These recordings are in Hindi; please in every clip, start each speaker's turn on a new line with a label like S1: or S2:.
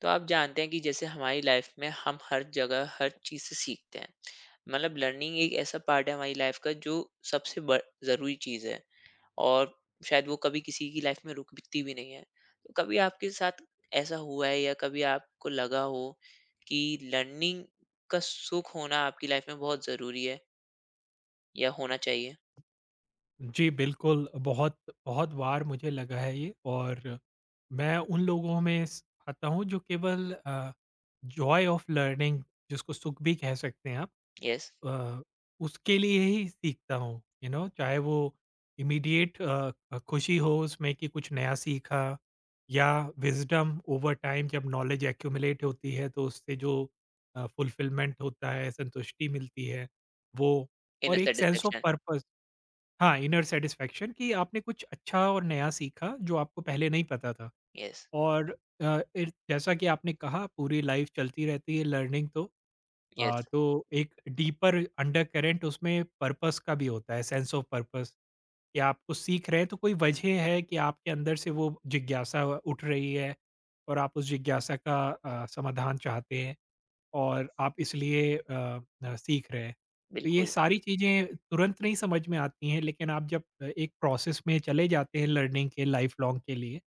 S1: तो आप जानते हैं कि जैसे हमारी लाइफ में हम हर जगह हर चीज़ से सीखते हैं। मतलब लर्निंग एक ऐसा पार्ट है हमारी लाइफ का जो सबसे जरूरी चीज़ है। और शायद वो कभी किसी की लाइफ में रुकती भी नहीं है। तो कभी आपके साथ ऐसा हुआ है या कभी आपको लगा हो कि लर्निंग का सुख होना आपकी लाइफ में बहुत ज़रूरी है या होना चाहिए।
S2: जी, बिल्कुल, बहुत बहुत बार मुझे लगा है ये। और मैं उन लोगों में स आता हूँ जो केवल जॉय ऑफ लर्निंग, जिसको सुख भी कह सकते हैं आप,
S1: यस,
S2: अ, उसके लिए ही सीखता हूँ, चाहे वो इमीडिएट खुशी हो उसमें कि कुछ नया सीखा, या विज़डम ओवर टाइम जब नॉलेज एक्यूमुलेट होती है तो उससे जो फुलफिलमेंट होता है, संतुष्टि मिलती है, वो
S1: इन अ
S2: और एक सेंस ऑफ
S1: सेटिस्फेक्शन।
S2: पर्पज़। हाँ, इनर सैटिस्फैक्शन कि आपने कुछ अच्छा और नया सीखा जो आपको पहले नहीं पता था।
S1: यस।
S2: और अ, एर जैसा कि आपने कहा, पूरी लाइफ चलती रहती है लर्निंग, तो
S1: यस,
S2: तो एक डीपर अंडरकरेंट उसमें पर्पस का भी होता है, सेंस ऑफ पर्पस कि आप कुछ सीख रहे हैं तो कोई वजह है कि आपके अंदर से वो जिज्ञासा उठ रही है और आप उस जिज्ञासा का समाधान चाहते हैं। और आप इसलिए सीख रहे हैं। तो ये
S1: बिल्कुल।
S2: सारी चीज़ें तुरंत नहीं समझ में आती हैं, लेकिन आप जब एक प्रोसेस में चले जाते हैं लर्निंग के लाइफ लॉन्ग के लिए,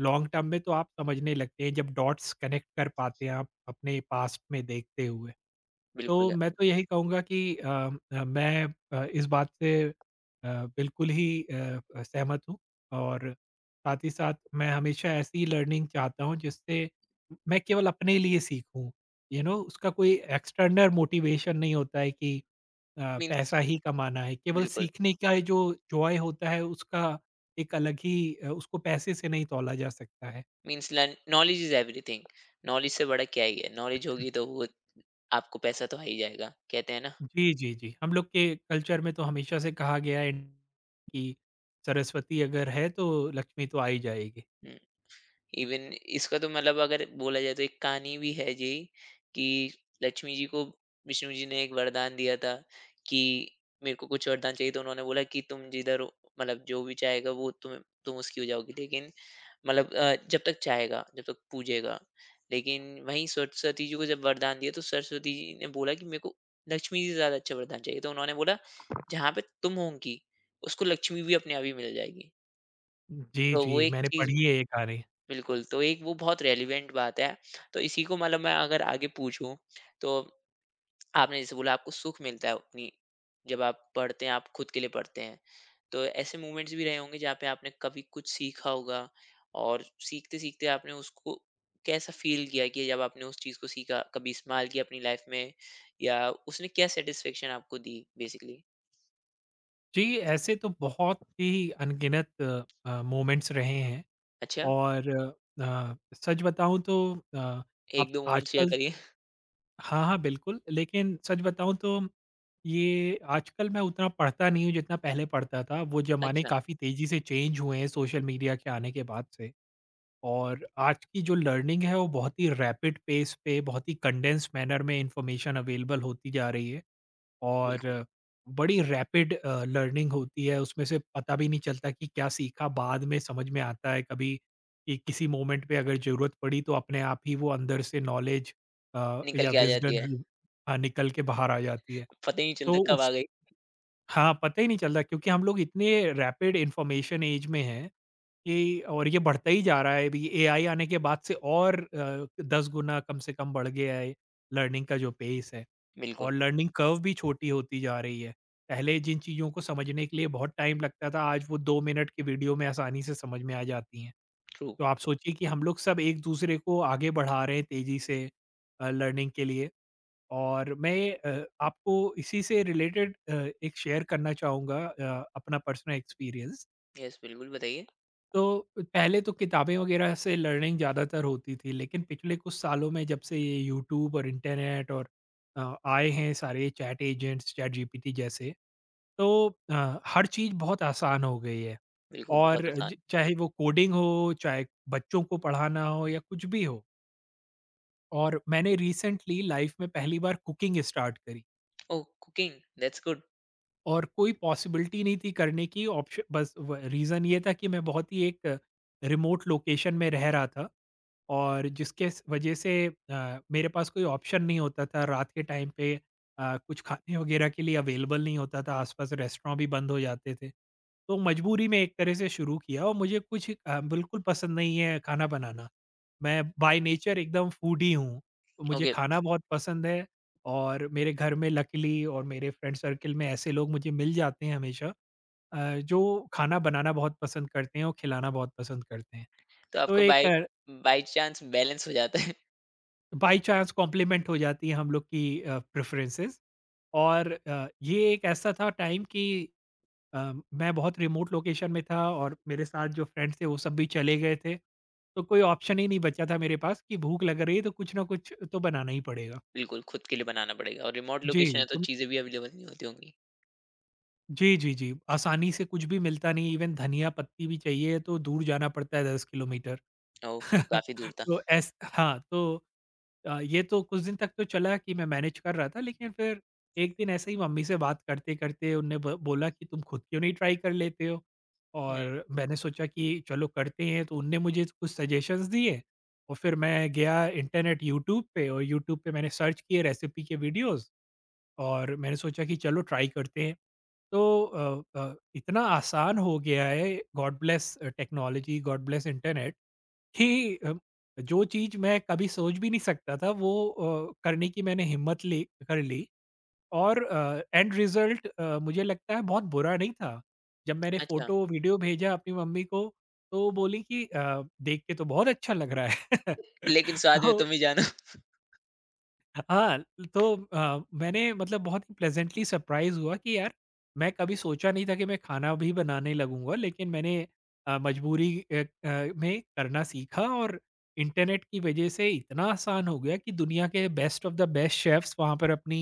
S2: लॉन्ग टर्म में तो आप समझने लगते हैं, जब डॉट्स कनेक्ट कर पाते हैं आप अपने पास्ट में देखते हुए। तो
S1: बिल्कुल।
S2: मैं तो यही कहूँगा कि मैं इस बात से बिल्कुल ही सहमत हूँ। और साथ ही साथ मैं हमेशा ऐसी लर्निंग चाहता हूँ जिससे मैं केवल अपने लिए सीखूँ, उसका कोई एक्सटर्नल मोटिवेशन नहीं होता है कि अ,
S1: मीन्स।
S2: पैसा ही कमाना है, केवल
S1: बिल्कुल।
S2: सीखने का ये जो जॉय होता है उसका एक अलग ही, उसको पैसे से नहीं तौला जा सकता है।
S1: Means knowledge is everything. Knowledge से बड़ा क्या ही है। नॉलेज होगी तो वो आपको पैसा तो आ ही जाएगा, कहते हैं ना।
S2: जी, जी, जी। हम लोग के कल्चर में तो हमेशा से कहा गया है कि सरस्वती अगर है तो लक्ष्मी तो आ ही जाएगी।
S1: इवन इसका तो मतलब अगर बोला जाए तो एक कहानी भी है जी। कि लक्ष्मी जी को विष्णु जी ने एक वरदान दिया था कि मेरे को कुछ वरदान चाहिए, तो उन्होंने बोला कि तुम जिधर हो- मतलब जो भी चाहेगा वो तुम उसकी हो जाओगी, लेकिन मतलब जब तक चाहेगा, जब तक पूजेगा। लेकिन वहीं सरस्वती जी को जब वरदान दिया तो सरस्वती जी ने बोला कि मेरे को लक्ष्मी जी से ज़्यादा अच्छा वरदान चाहिए। तो उन्होंने बोला जहाँ पे तुम होंगी, उसको लक्ष्मी भी अपने आप ही मिल जाएगी।
S2: जी,
S1: तो वो
S2: जी,
S1: एक
S2: मैंने
S1: चीज़।
S2: पढ़ी है ये कहानी।
S1: बिल्कुल, तो एक वो बहुत रेलेवेंट बात है। तो इसी को मतलब मैं अगर आगे पूछूँ, तो आपने जैसे बोला आपको सुख मिलता है अपनी, जब आप पढ़ते हैं आप खुद के लिए पढ़ते हैं। तो ऐसे मोमेंट्स भी रहे होंगे जहाँ पे आपने कभी कुछ सीखा होगा। और सीखते सीखते आपने उसको कैसा फील किया कि जब आपने उस चीज़ को सीखा, कभी इस्तेमाल किया अपनी लाइफ में, या उसने क्या सेटिस्फेक्शन आपको दी बेसिकली।
S2: जी, ऐसे तो बहुत ही अनगिनत मोमेंट्स रहे हैं।
S1: अच्छा।
S2: और सच बताऊँ तो अ, अब
S1: एक दो मोमेंट शेयर
S2: आजकल।
S1: करिए।
S2: हाँ, हाँ, बिल्कुल। लेकिन सच बताऊँ तो ये आजकल मैं उतना पढ़ता नहीं हूँ जितना पहले पढ़ता था। वो ज़माने
S1: अच्छा।
S2: काफ़ी तेज़ी से चेंज हुए हैं सोशल मीडिया के आने के बाद से। और आज की जो लर्निंग है वो बहुत ही रैपिड पेस पे बहुत ही कंडेंस मैनर में इंफॉर्मेशन अवेलेबल होती जा रही है,
S1: बिल्कुल।
S2: और बड़ी रैपिड लर्निंग होती है उसमें से, पता भी नहीं चलता कि क्या सीखा, बाद में समझ में आता है कभी कि किसी मोमेंट पे अगर जरूरत पड़ी तो अपने आप ही वो अंदर से नॉलेज
S1: निकल
S2: या
S1: के आ जाती
S2: विजडम
S1: है।
S2: निकल के बाहर आ जाती है।
S1: पता ही नहीं चलता
S2: तो
S1: कब आ
S2: उस।
S1: गई।
S2: हाँ, पता ही नहीं चल रहा क्योंकि हम लोग इतने रैपिड इन्फॉर्मेशन ऐज में हैं कि, और ये बढ़ता ही जा रहा है अभी एआई आने के बाद से, और 10 गुना कम से कम बढ़ गया है लर्निंग का जो पेस है।
S1: बिल्कुल।
S2: और लर्निंग कर्व भी छोटी होती जा रही है। पहले जिन चीज़ों को समझने के लिए बहुत टाइम लगता था आज वो 2 मिनट की वीडियो में आसानी से समझ में आ जाती हैं।
S1: ट्रू।
S2: तो आप सोचिए कि हम लोग सब एक-दूसरे को आगे बढ़ा रहे हैं तेज़ी से लर्निंग के लिए। और मैं आपको इसी से रिलेटेड एक शेयर करना चाहूँगा, अपना पर्सनल एक्सपीरियंस।
S1: यस बिल्कुल बताइए।
S2: तो पहले तो किताबें वगैरह से लर्निंग ज़्यादातर होती थी, लेकिन पिछले कुछ सालों में जब से ये यूट्यूब और इंटरनेट और आए हैं सारे चैट एजेंट्स, चैट जीपीटी जैसे, तो हर चीज़ बहुत आसान हो गई है।
S1: बिल्कुल
S2: और
S1: बहुत
S2: ज
S1: आसान।
S2: चाहे वो कोडिंग हो, चाहे बच्चों को पढ़ाना हो या कुछ भी हो। और मैंने रिसेंटली लाइफ़ में पहली बार कुकिंग स्टार्ट करी।
S1: Oh cooking, that's good.
S2: और कोई पॉसिबिलिटी नहीं थी करने की, ऑप्शन बस व रीज़न ये था कि मैं बहुत ही एक रिमोट लोकेशन में रह रहा था, और जिसके स वजह से मेरे पास कोई ऑप्शन नहीं होता था रात के टाइम पे, कुछ खाने वगैरह के लिए अवेलेबल नहीं होता था, आस-पास रेस्टोरेंट भी बंद हो जाते थे। तो मजबूरी में एक तरह से शुरू किया, और मुझे कुछ बिल्कुल पसंद नहीं है खाना बनाना। मैं बाय नेचर एकदम फूडी हूँ, तो मुझे
S1: ओके।
S2: खाना बहुत पसंद है। और मेरे घर में लकीली और मेरे फ्रेंड सर्कल में ऐसे लोग मुझे मिल जाते हैं हमेशा, जो खाना बनाना बहुत पसंद करते हैं और खिलाना बहुत पसंद करते हैं।
S1: तो
S2: तो
S1: आपका
S2: एक
S1: बाय, बाय चांस बैलेंस हो जाता है।
S2: बाय चांस कॉम्प्लीमेंट हो जाती है हम लोग की प्रेफरेंसेस। और ये एक ऐसा था टाइम कि मैं बहुत रिमोट लोकेशन में था और मेरे साथ जो फ्रेंड्स थे वो सब भी चले गए थे, तो कोई ऑप्शन ही नहीं बचा था मेरे पास कि भूख लग रही है तो कुछ ना कुछ तो बनाना ही पड़ेगा।
S1: बिल्कुल, खुद के लिए बनाना पड़ेगा और रिमोट लोकेशन
S2: जी,
S1: है तो
S2: तुम
S1: चीज़ें भी अवेलेबल नहीं होती होंगी।
S2: जी, जी, जी, आसानी से कुछ भी मिलता नहीं, इवन धनिया पत्ती भी चाहिए तो दूर जाना पड़ता है 10 किलोमीटर।
S1: ओह! काफ़ी दूर था।
S2: तो ऐस हाँ, तो ये तो कुछ दिन तक तो चला कि मैं मैनेज कर रहा था, लेकिन फिर एक दिन ऐसे ही मम्मी से बात करते-करते उनने ब बोला कि तुम खुद क्यों नहीं ट्राई कर लेते हो?
S1: हुँ।
S2: और मैंने सोचा कि चलो करते हैं, तो उनने मुझे कुछ सजेशंस दिए। और फिर मैं गया इंटरनेट यूट्यूब पे और यूट्यूब पे मैंने सर्च किए रेसिपी के वीडियोज़, और मैंने सोचा कि चलो ट्राई करते हैं। तो इतना आसान हो गया है, God bless technology, God bless internet, कि जो चीज़ मैं कभी सोच भी नहीं सकता था वो करने की मैंने हिम्मत ली, कर ली। और एंड रिज़ल्ट मुझे लगता है बहुत बुरा नहीं था। जब मैंने
S1: अच्छा।
S2: फ़ोटो वीडियो भेजा अपनी मम्मी को, तो वो बोली कि "देख के तो बहुत अच्छा लग रहा है।"
S1: लेकिन स्वाद में तुम
S2: तो
S1: ही जानो।
S2: हाँ, तो मैंने मतलब बहुत ही प्लेज़ेंटली सरप्राइज़ हुआ कि यार, मैं कभी सोचा नहीं था कि मैं खाना भी बनाने लगूँगा, लेकिन मैंने मजबूरी में करना सीखा। और इंटरनेट की वजह से इतना आसान हो गया कि दुनिया के best of the best chefs वहाँ पर अपनी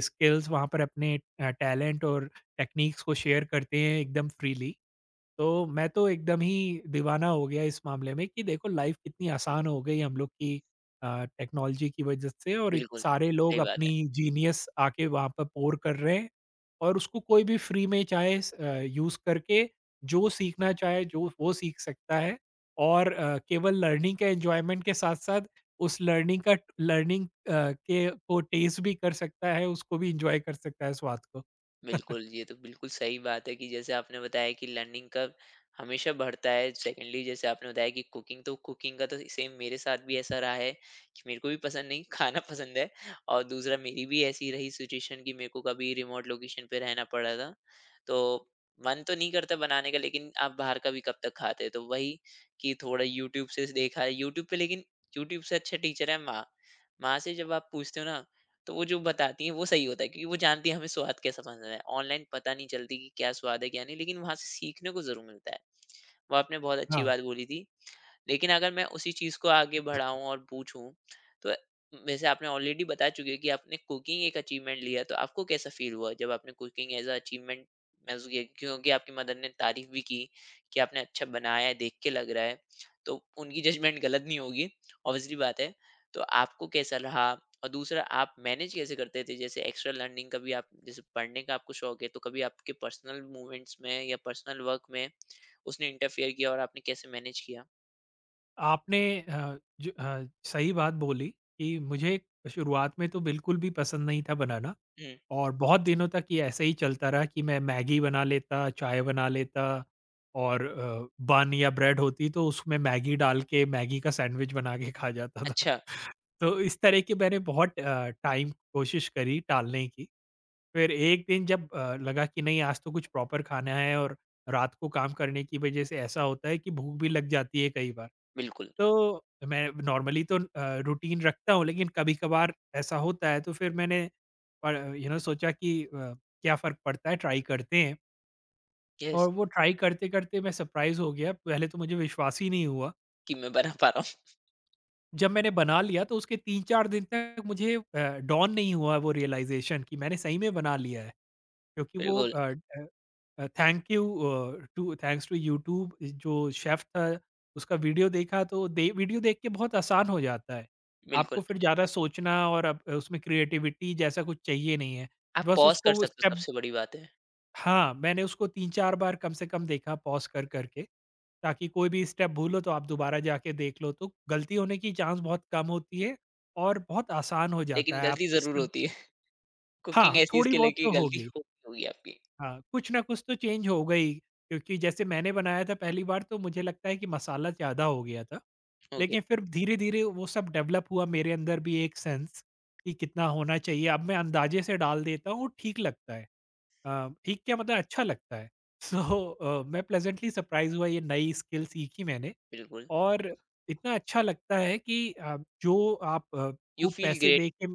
S2: स्किल्स, वहाँ पर अपने टैलेंट और टेक्नीक्स को शेयर करते हैं एकदम फ्रीली। तो मैं तो एकदम ही दीवाना हो गया इस मामले में कि देखो लाइफ कितनी आसान हो गई हम लोग की टेक्नोलॉजी की वजह से, और इत
S1: बिल्कुल,
S2: सारे लोग
S1: सही बात है।
S2: अपनी जीनियस आके वहाँ पर पोर कर रहे हैं, और उसको कोई भी फ्री में चाहे यूज़ करके जो सीखना चाहे जो वो सीख सकता है। और केवल लर्निंग का एन्जॉयमेंट के साथ-साथ उस लर्निंग का लर्निंग के को टेस्ट भी कर सकता है, उसको भी एन्जॉय कर सकता है स्वाद को।
S1: बिल्कुल, ये तो बिल्कुल सही बात है कि जैसे आपने बताया कि लर्निंग कर्व हमेशा बढ़ता है। सेकेंडली जैसे आपने बताया कि कुकिंग, तो कुकिंग का तो सेम मेरे साथ भी ऐसा रहा है कि मेरे को भी पसंद नहीं खाना पसंद है। और दूसरा मेरी भी ऐसी रही सिचुएशन कि मेरे को कभी रिमोट लोकेशन पे रहना पड़ा था। तो मन तो नहीं करता बनाने का, लेकिन आप बाहर का भी कब तक खाते। तो वही कि थोड़ा यूट्यूब से देखा है, यूट्यूब पे, लेकिन यूट्यूब से अच्छे टीचर हैं माँ। माँ से जब आप पूछते हो ना तो वो जो बताती हैं वो सही होता है, क्योंकि वो जानती है हमें स्वाद कैसा पसंद है। ऑनलाइन पता नहीं चलती कि क्या स्वाद है क्या नहीं, लेकिन वहाँ से सीखने को ज़रूर मिलता है। वो आपने बहुत अच्छी
S2: हाँ।
S1: बात बोली थी। लेकिन अगर मैं उसी चीज़ को आगे बढ़ाऊँ और पूछूँ, तो वैसे आपने ऑलरेडी बता चुके हैं कि आपने कुकिंग एक अचीवमेंट लिया, तो आपको कैसा फ़ील हुआ जब आपने कुकिंग एज़ अ अचीवमेंट महसूस किया? क्योंकि आपकी मदर ने तारीफ़ भी की कि आपने अच्छा बनाया है, देख के लग रहा है, तो उनकी जजमेंट गलत नहीं होगी, ऑब्वियसली बात है। तो आपको कैसा रहा? और दूसरा आप मैनेज कैसे करते थे? जैसे एक्स्ट्रा लर्निंग कभी आप जैसे पढ़ने का आपको शौक है, तो कभी आपके पर्सनल मूवमेंट्स में या पर्सनल वर्क में उसने इंटरफियर किया और आपने कैसे मैनेज किया?
S2: आपने सही बात बोली कि मुझे शुरुआत में तो बिल्कुल भी पसंद नहीं था बनाना, और बहुत दिनों तक ये ऐसे ही चलता रहा कि मैं मैगी बना लेता, चाय बना लेता, और बन या ब्रेड होती तो उसमें मैगी डाल के मैगी का सैंडविच बना के खा जाता था।
S1: अच्छा।
S2: तो इस तरह के मैंने बहुत टाइम कोशिश करी टालने की। फिर एक दिन जब लगा कि नहीं आज तो कुछ प्रॉपर खाना है, और रात को काम करने की वजह से ऐसा होता है कि भूख भी लग जाती है कई बार।
S1: बिल्कुल।
S2: तो मैं नॉर्मली तो रूटीन रखता हूँ, लेकिन कभी-कभार ऐसा होता है तो फिर मैंने पर सोचा कि क्या फ़र्क पड़ता है, ट्राई करते हैं।
S1: यस,
S2: और वो ट्राई करते-करते मैं सरप्राइज़ हो गया। पहले तो मुझे विश्वास ही नहीं हुआ।
S1: कि मैं बना पा रहा हूँ।
S2: जब मैंने बना लिया तो उसके 3-4 दिन तक मुझे डॉन नहीं हुआ वो रियलाइज़ेशन कि मैंने सही में बना लिया है। क्योंकि वो
S1: बिल्कुल।
S2: थैंक्स टू यूट्यूब, जो शेफ था उसका वीडियो देखा तो दे वीडियो देख के बहुत आसान हो जाता है। आपको
S1: बिल्कुल।
S2: फिर ज़्यादा सोचना, और अब उसमें क्रिएटिविटी जैसा कुछ चाहिए नहीं है।
S1: आप
S2: बस
S1: पॉज़ कर
S2: उसको वो
S1: सकते हो,
S2: स्टेप।
S1: सबसे बड़ी बात है।
S2: हाँ, मैंने उसको 3-4 बार कम से कम देखा पॉज़ कर कर के, ताकि कोई भी स्टेप भूलो तो आप दोबारा जाके देख लो तो गलती होने की चांस बहुत कम होती है और बहुत आसान हो जाता
S1: लेकिन
S2: है। आप
S1: गलती ज़रूर
S2: स्टेप।
S1: होती है। कुकिंग
S2: हाँ,
S1: ऐसी
S2: थोड़ी
S1: इसके लिए
S2: बहुत
S1: कि
S2: तो
S1: गलती
S2: होगी।
S1: होगी होगी आपकी।
S2: हाँ, कुछ ना कुछ तो चेंज हो गई क्योंकि जैसे मैंने बनाया था पहली बार तो मुझे लगता है कि मसाला ज़्यादा हो गया था।
S1: ओके।
S2: लेकिन फिर धीरे-धीरे वो सब डेवलप हुआ मेरे अंदर भी एक सेंस कि कितना होना चाहिए। अब मैं अंदाज़े से डाल देता हूँ, ठीक लगता है। ठीक क्या मतलब, अच्छा लगता है। सो मैं प्लेज़ेंटली सरप्राइज़ हुआ, ये नई स्किल सीखी मैंने,
S1: बिल्कुल।
S2: और इतना अच्छा लगता है कि जो आप
S1: यू
S2: खूब
S1: फ़ील
S2: पैसे
S1: ग्रेट।
S2: दे के।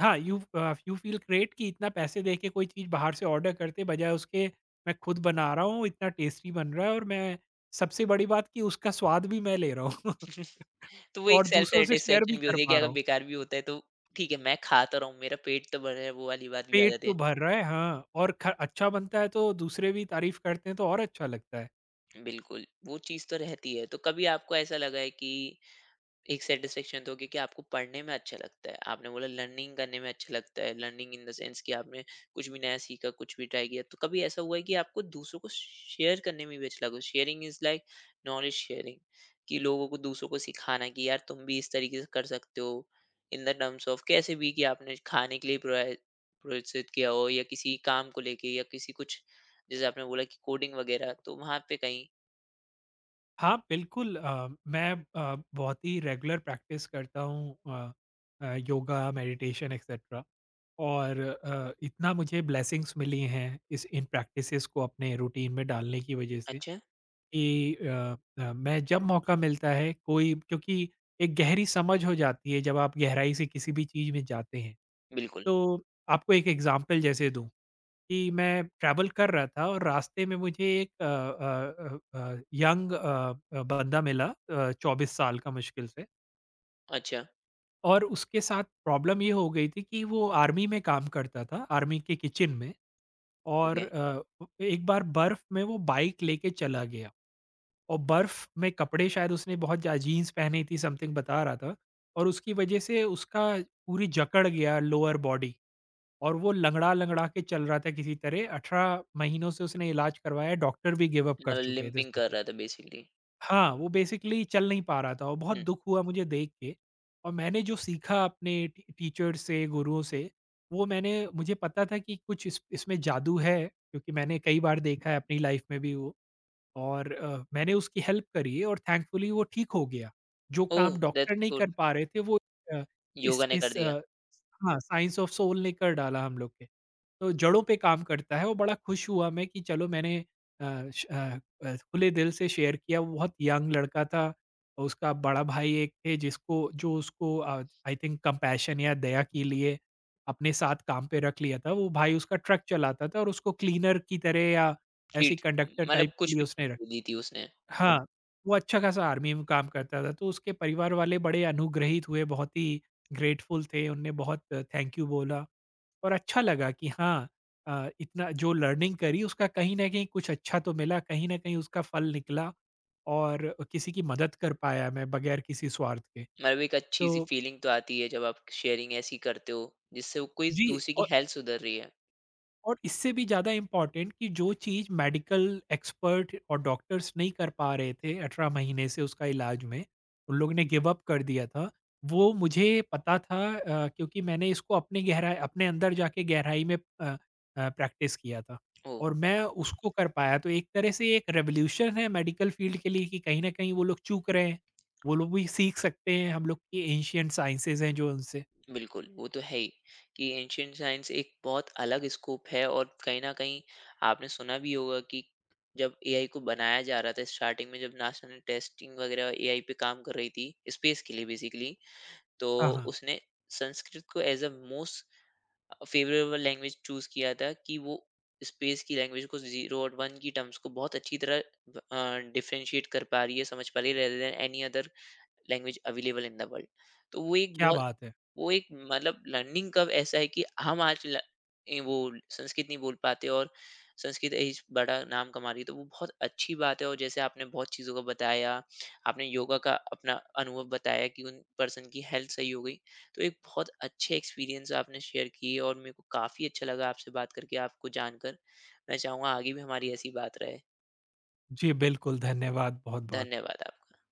S2: हाँ, यू फ़ील ग्रेट कि इतना पैसे दे के कोई चीज़ बाहर से ऑर्डर करते बजाय उसके मैं खुद बना रहा हूँ, इतना टेस्टी बन रहा है, और मैं सबसे बड़ी बात कि उसका स्वाद भी मैं ले रहा हूँ।
S1: तो वो एक
S2: और
S1: सेल्फ
S2: दूसरों से शेयर भी
S1: सैटिस्फैक्शन भी
S2: कर
S1: होती है कि
S2: पा रहा
S1: अगर
S2: हूँ।
S1: बेकार भी होता है तो ठीक है मैं खा तो रहा हूँ, मेरा पेट तो भरा है, वो वाली बात भी आ
S2: पेट
S1: जाती
S2: तो
S1: है।
S2: भर रहा है, हाँ, और ख अच्छा बनता है तो दूसरे भी तारीफ़ करते हैं तो और अच्छा लगता है।
S1: बिल्कुल, वो चीज़ तो रहती है। तो कभी आपको ऐसा लगा है कि एक सेटिस्फेक्शन दोगे कि आपको पढ़ने में अच्छा लगता है, आपने बोला लर्निंग करने में अच्छा लगता है, लर्निंग इन द सेंस कि आपने कुछ भी नया सीखा, कुछ भी ट्राई किया, तो कभी ऐसा हुआ है कि आपको दूसरों को शेयर करने में भी अच्छा लगा? Sharing is like knowledge sharing, कि लोगों को दूसरों को सिखाना कि यार तुम भी इस तरीके से कर सकते हो, इन द टर्म्स ऑफ कैसे भी, कि आपने खाने के लिए प्रोत्साहित किया हो, या किसी काम को लेके या किसी कुछ, जैसे आपने बोला कि कोडिंग वगैरह, तो वहां पे कहीं।
S2: हाँ, बिल्कुल, मैं बहुत ही रेगुलर प्रैक्टिस करता हूँ योगा, मेडिटेशन एक्सेट्रा। और इतना मुझे ब्लेसिंग्स मिली हैं इस इन प्रैक्टिसेस को अपने रूटीन में डालने की वजह से
S1: अच्छा।
S2: कि मैं जब मौका मिलता है कोई, क्योंकि एक गहरी समझ हो जाती है जब आप गहराई से किसी भी चीज़ में जाते हैं।
S1: बिल्कुल।
S2: तो आपको एक एग्ज़ाम्पल जैसे दूँ कि मैं ट्रैवल कर रहा था और रास्ते में मुझे एक यंग बंदा मिला, 24 साल का मुश्किल से।
S1: अच्छा।
S2: और उसके साथ प्रॉब्लम ये हो गई थी कि वो आर्मी में काम करता था, आर्मी के किचन में। और
S1: ओके।
S2: अ, उ एक बार बर्फ़ में वो बाइक लेके चला गया और बर्फ़ में कपड़े शायद उसने बहुत ज़्यादा जीन्स पहनी थी, समथिंग बता रहा था, और उसकी वज़ह से उसका पूरी जकड़ गया लोअर बॉडी। और वो लँगड़ा-लँगड़ा के चल रहा था किसी तरह। 18 महीनों से उसने इलाज करवाया, डॉक्टर भी गिव अप कर
S1: मतलब
S2: चुके थे,
S1: लिंपिंग कर
S2: सोचिए।
S1: रहा था बेसिकली।
S2: हाँ, वो बेसिकली चल नहीं पा रहा था और बहुत
S1: हुँ।
S2: दुःख हुआ मुझे देख के। और मैंने जो सीखा अपने टी टीचर्स से, गुरुओं से, वो मैंने, मुझे पता था कि कुछ इस इसमें जादू है क्योंकि मैंने कई बार देखा है अपनी लाइफ में भी वो। और मैंने उसकी हेल्प करी है और थैंकफुली वो ठीक हो गया। जो
S1: ओह!
S2: काम
S1: दैट्स
S2: डॉक्टर नहीं
S1: गुड।
S2: कर पा रहे थे वो अ,
S1: योगा
S2: इस
S1: ने कर
S2: इस
S1: दिया।
S2: अ, हाँ, साइंस ऑफ सोल ने कर डाला हम लोग के। तो जड़ों पे काम करता है और बड़ा खुश हुआ मैं कि चलो मैंने अ, श अ खुले दिल से शेयर किया। वो बहुत यंग लड़का था, और उसका बड़ा भाई एक थे जिसको जो उसको आई थिंक कंपैशन या दया के लिए अपने साथ काम पे रख लिया था। वो भाई उसका ट्रक चलाता था और उसको क्लीनर की तरह या ऐसे
S1: ट्रीट।
S2: कंडक्टर टाइप
S1: मतलब
S2: के
S1: कुछ
S2: लिए
S1: भी कर
S2: उसने रखा।
S1: तो दी थी उसने।
S2: हाँ, वो अच्छा-खासा आर्मी में काम करता था, तो उसके परिवार वाले बड़े अनुग्रहित हुए, बहुत ही ग्रेटफुल थे, उनने बहुत थैंक यू बोला। और अच्छा लगा कि हाँ, इतना जो लर्निंग करी उसका कहीं न कहीं कुछ अच्छा तो मिला, कहीं न कहीं उसका फल निकला और किसी की मदद कर पाया मैं बगैर किसी स्वार्थ के।
S1: मतलब एक अच्छी-सी
S2: तो
S1: फीलिंग तो आती है जब आप शेयरिंग ऐसी करते हो, जिससे वो कोई
S2: जी,
S1: दूसरे की
S2: औ
S1: हेल्थ सुधर रही है।
S2: और इससे भी ज़्यादा इम्पोर्टेंट कि जो चीज़ मेडिकल एक्सपर्ट और डॉक्टर्स नहीं कर पा रहे थे 18 महीने से उसका इलाज में, उन लोगों ने गिव अप कर दिया था, वो मुझे पता था। क्योंकि मैंने इसको अपने गहराई अपने अंदर जाके गहराई में प्रैक्टिस किया था
S1: ओह!
S2: और मैं उसको कर पाया। तो एक तरह से ये एक रिवॉल्यूशन है मेडिकल फील्ड के लिए कि कहीं न कहीं वो लोग चूक रहे हैं, वो लोग भी सीख सकते हैं हम लोग की एंशिएंट साइंसेज़ हैं जो उनसे।
S1: बिल्कुल, वो तो है ही कि एंशिएंट साइंस एक बहुत अलग स्कोप है और कहीं न कहीं आपने सुना भी होगा कि जब एआई को बनाया जा रहा था स्टार्टिंग में, जब नासा ने टेस्टिंग वगैरह एआई पे काम कर रही थी, स्पेस के लिए बेसिकली,
S2: हाँ,
S1: तो
S2: हाँ।
S1: उसने संस्कृत को as a most favourable language choose किया था कि वो स्पेस की लैंग्वेज को, 0 और 1 की टर्म्स को बहुत अच्छी तरह डिफ्रेंशिएट कर पा रही है, समझ पा रही है, rather than any other language available in the world. तो वो एक
S2: क्या
S1: बहुत,
S2: बात है!
S1: वो एक मतलब लर्निंग कर्व ऐसा है कि हम आज ए, वो संस्कृत नहीं बोल पाते और संस्कृत इस बड़ा नाम कमा रही है, तो वो बहुत अच्छी बात है। और जैसे आपने बहुत चीज़ों को बताया, आपने योगा का अपना अनुभव बताया कि उन पर्सन की हेल्थ सही हो गई, तो एक बहुत अच्छे एक्सपीरियंस आपने शेयर किए और मेरे को काफ़ी अच्छा लगा आपसे बात करके, आपको जानकर। मैं चाहूँगा आगे भी हमारी ऐसी बात रहे।
S2: जी, बिल्कुल, धन्यवाद बहुत-बहुत।
S1: धन्यवाद आपका।